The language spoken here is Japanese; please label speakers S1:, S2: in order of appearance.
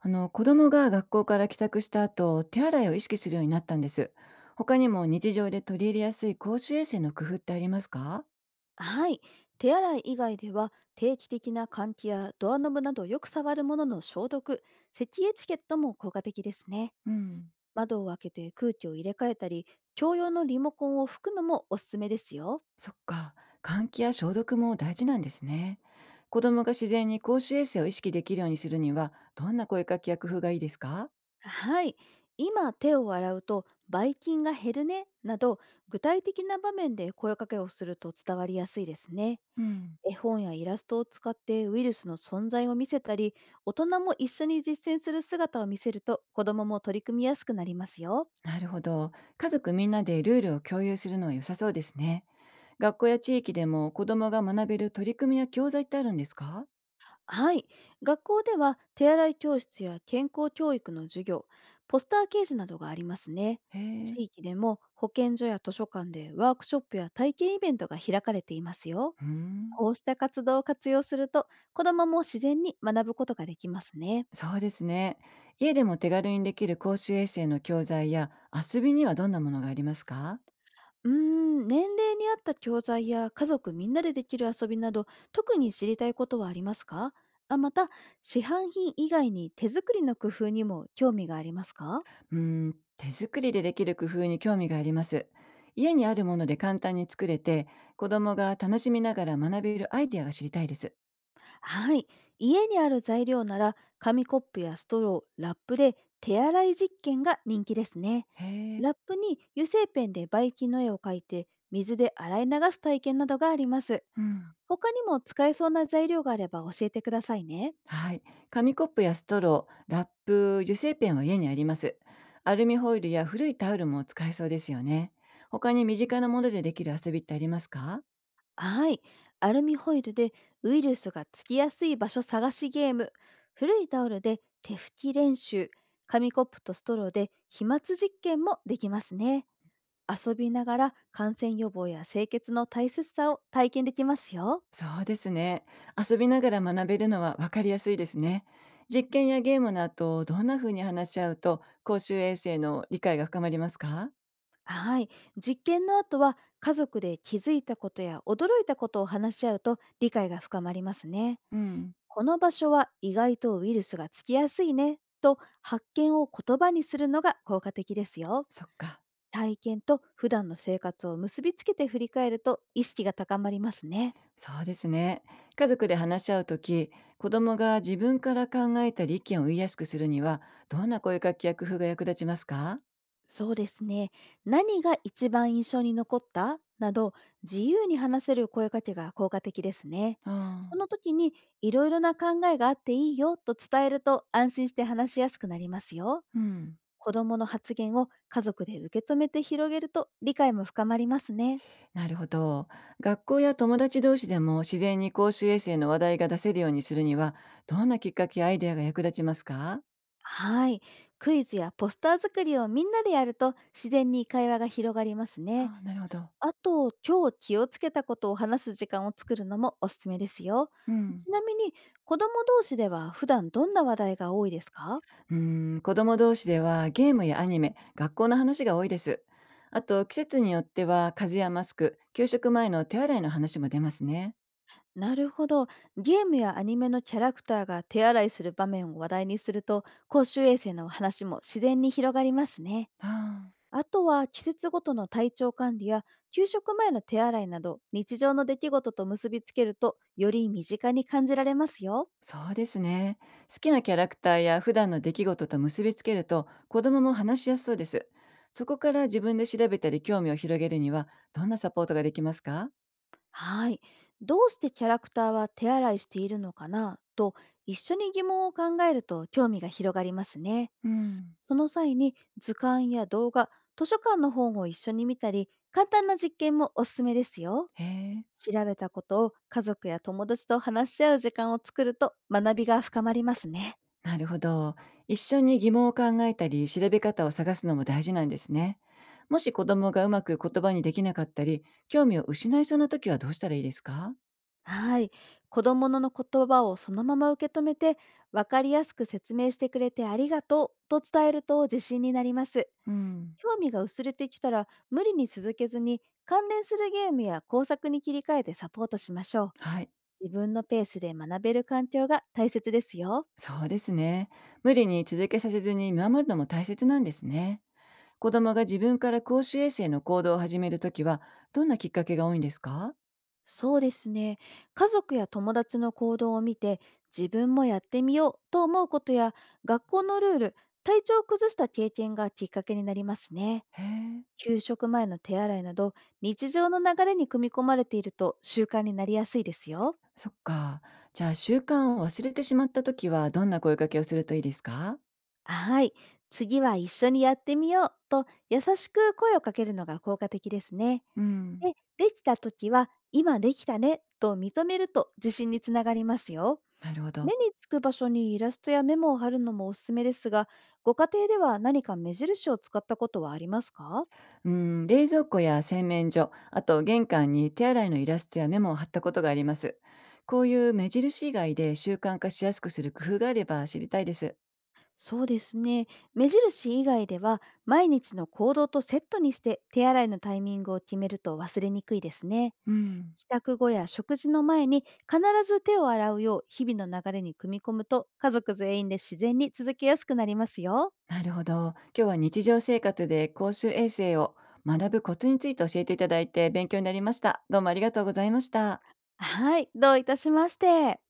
S1: あの子供が学校から帰宅した後、手洗いを意識するようになったんです。他にも日常で取り入れやすい公衆衛生の工夫ってありますか？
S2: はい。手洗い以外では定期的な換気やドアノブなどよく触るものの消毒、咳エチケットも効果的ですね。
S1: うん。
S2: 窓を開けて空気を入れ替えたり、共用のリモコンを拭くのもおすすめですよ。
S1: そっか。換気や消毒も大事なんですね。子供が自然に公衆衛生を意識できるようにするには、どんな声かけや工夫がいいですか？
S2: はい。今手を洗うとばい菌が減るねなど具体的な場面で声かけをすると伝わりやすいですね。
S1: うん。
S2: 絵本やイラストを使ってウイルスの存在を見せたり、大人も一緒に実践する姿を見せると子どもも取り組みやすくなりますよ。
S1: なるほど。家族みんなでルールを共有するのは良さそうですね。学校や地域でも子供が学べる取り組みや教材ってあるんですか？
S2: はい。学校では手洗い教室や健康教育の授業、ポスター掲示などがありますね。
S1: へえ。
S2: 地域でも保健所や図書館でワークショップや体験イベントが開かれていますよ。
S1: うん。
S2: こうした活動を活用すると子どもも自然に学ぶことができますね。
S1: そうですね。家でも手軽にできる公衆衛生の教材や遊びにはどんなものがありますか？
S2: うーん、年齢に合った教材や家族みんなでできる遊びなど、特に知りたいことはありますか？あまた、市販品以外に手作りの工夫にも興味がありますか？
S1: うーん、手作りでできる工夫に興味があります。家にあるもので簡単に作れて、子供が楽しみながら学べるアイディアが知りたいです。
S2: はい。家にある材料なら、紙コップやストロー、ラップで手洗い実験が人気ですね。
S1: へえ。
S2: ラップに油性ペンでバイキンの絵を描いて、水で洗い流す体験などがあります。
S1: うん。
S2: 他にも使えそうな材料があれば教えてくださいね。
S1: はい。紙コップやストロー、ラップ、油性ペンは家にあります。アルミホイルや古いタオルも使えそうですよね。他に身近なものでできる遊びってありますか？
S2: はい。アルミホイルでウイルスがつきやすい場所探しゲーム、古いタオルで手拭き練習、紙コップとストローで飛沫実験もできますね。遊びながら感染予防や清潔の大切さを体験できますよ。
S1: そうですね。遊びながら学べるのは分かりやすいですね。実験やゲームの後、どんな風に話し合うと公衆衛生の理解が深まりますか？
S2: はい。実験の後は家族で気づいたことや驚いたことを話し合うと理解が深まりますね。
S1: うん、
S2: この場所は意外とウイルスがつきやすいねと発見を言葉にするのが効果的ですよ。
S1: そっか。
S2: 体験と普段の生活を結びつけて振り返ると意識が高まりますね。
S1: そうですね。家族で話し合うとき、子供が自分から考えたり意見を言いやすくするには、どんな声かけや工夫が役立ちますか？
S2: そうですね。何が一番印象に残ったなど、自由に話せる声かけが効果的ですね。
S1: あ
S2: そ
S1: あ、
S2: の時に、いろいろな考えがあっていいよと伝えると安心して話しやすくなりますよ。
S1: うん。
S2: 子供の発言を家族で受け止めて広げると理解も深まりますね。
S1: なるほど。学校や友達同士でも自然に公衆衛生の話題が出せるようにするには、どんなきっかけやアイデアが役立ちますか？
S2: はい。クイズやポスター作りをみんなでやると自然に会話が広がりますね。
S1: ああ、なるほど。
S2: あと、今日気をつけたことを話す時間を作るのもおすすめですよ。
S1: うん。
S2: ちなみに、子供同士では普段どんな話題が多いですか？
S1: うーん、子供同士ではゲームやアニメ、学校の話が多いです。あと、季節によっては風邪やマスク、給食前の手洗いの話も出ますね。
S2: なるほど。ゲームやアニメのキャラクターが手洗いする場面を話題にすると、公衆衛生の話も自然に広がりますね。
S1: ああ、
S2: あとは、季節ごとの体調管理や給食前の手洗いなど、日常の出来事と結びつけると、より身近に感じられますよ。
S1: そうですね。好きなキャラクターや普段の出来事と結びつけると、子供も話しやすそうです。そこから自分で調べたり興味を広げるには、どんなサポートができますか？
S2: はい。どうしてキャラクターは手洗いしているのかなと、一緒に疑問を考えると興味が広がりますね。
S1: うん。
S2: その際に、図鑑や動画、図書館の本を一緒に見たり、簡単な実験もおすすめですよ。
S1: へえ。
S2: 調べたことを家族や友達と話し合う時間を作ると学びが深まりますね。
S1: なるほど。一緒に疑問を考えたり、調べ方を探すのも大事なんですね。もし子供がうまく言葉にできなかったり、興味を失いそうな時はどうしたらいいですか？
S2: はい。子供の言葉をそのまま受け止めて、わかりやすく説明してくれてありがとうと伝えると自信になります。
S1: うん。
S2: 興味が薄れてきたら、無理に続けずに、関連するゲームや工作に切り替えてサポートしましょ
S1: はい。
S2: う。自分のペースで学べる環境が大切ですよ。
S1: そうですね。無理に続けさせずに見守るのも大切なんですね。子供が自分から公衆衛生の行動を始めるときは、どんなきっかけが多いんですか？
S2: そうですね。家族や友達の行動を見て、自分もやってみようと思うことや、学校のルール、体調を崩した経験がきっかけになりますね。
S1: へえ、
S2: 給食前の手洗いなど、日常の流れに組み込まれていると習慣になりやすいですよ。
S1: そっか。じゃあ習慣を忘れてしまったときは、どんな声かけをするといいですか？
S2: はい。次は一緒にやってみようと優しく声をかけるのが効果的ですね。
S1: うん。
S2: で、できた時は今できたねと認めると自信につながりますよ。
S1: なるほど。
S2: 目につく場所にイラストやメモを貼るのもおすすめですが、ご家庭では何か目印を使ったことはありますか？
S1: うん、冷蔵庫や洗面所、あと玄関に手洗いのイラストやメモを貼ったことがあります。こういう目印以外で習慣化しやすくする工夫があれば知りたいです。
S2: そうですね。目印以外では、毎日の行動とセットにして手洗いのタイミングを決めると忘れにくいですね。
S1: うん、
S2: 帰宅後や食事の前に必ず手を洗うよう日々の流れに組み込むと、家族全員で自然に続けやすくなりますよ。
S1: なるほど。今日は日常生活で公衆衛生を学ぶコツについて教えていただいて勉強になりました。どうもありがとうございました。
S2: はい、どういたしまして。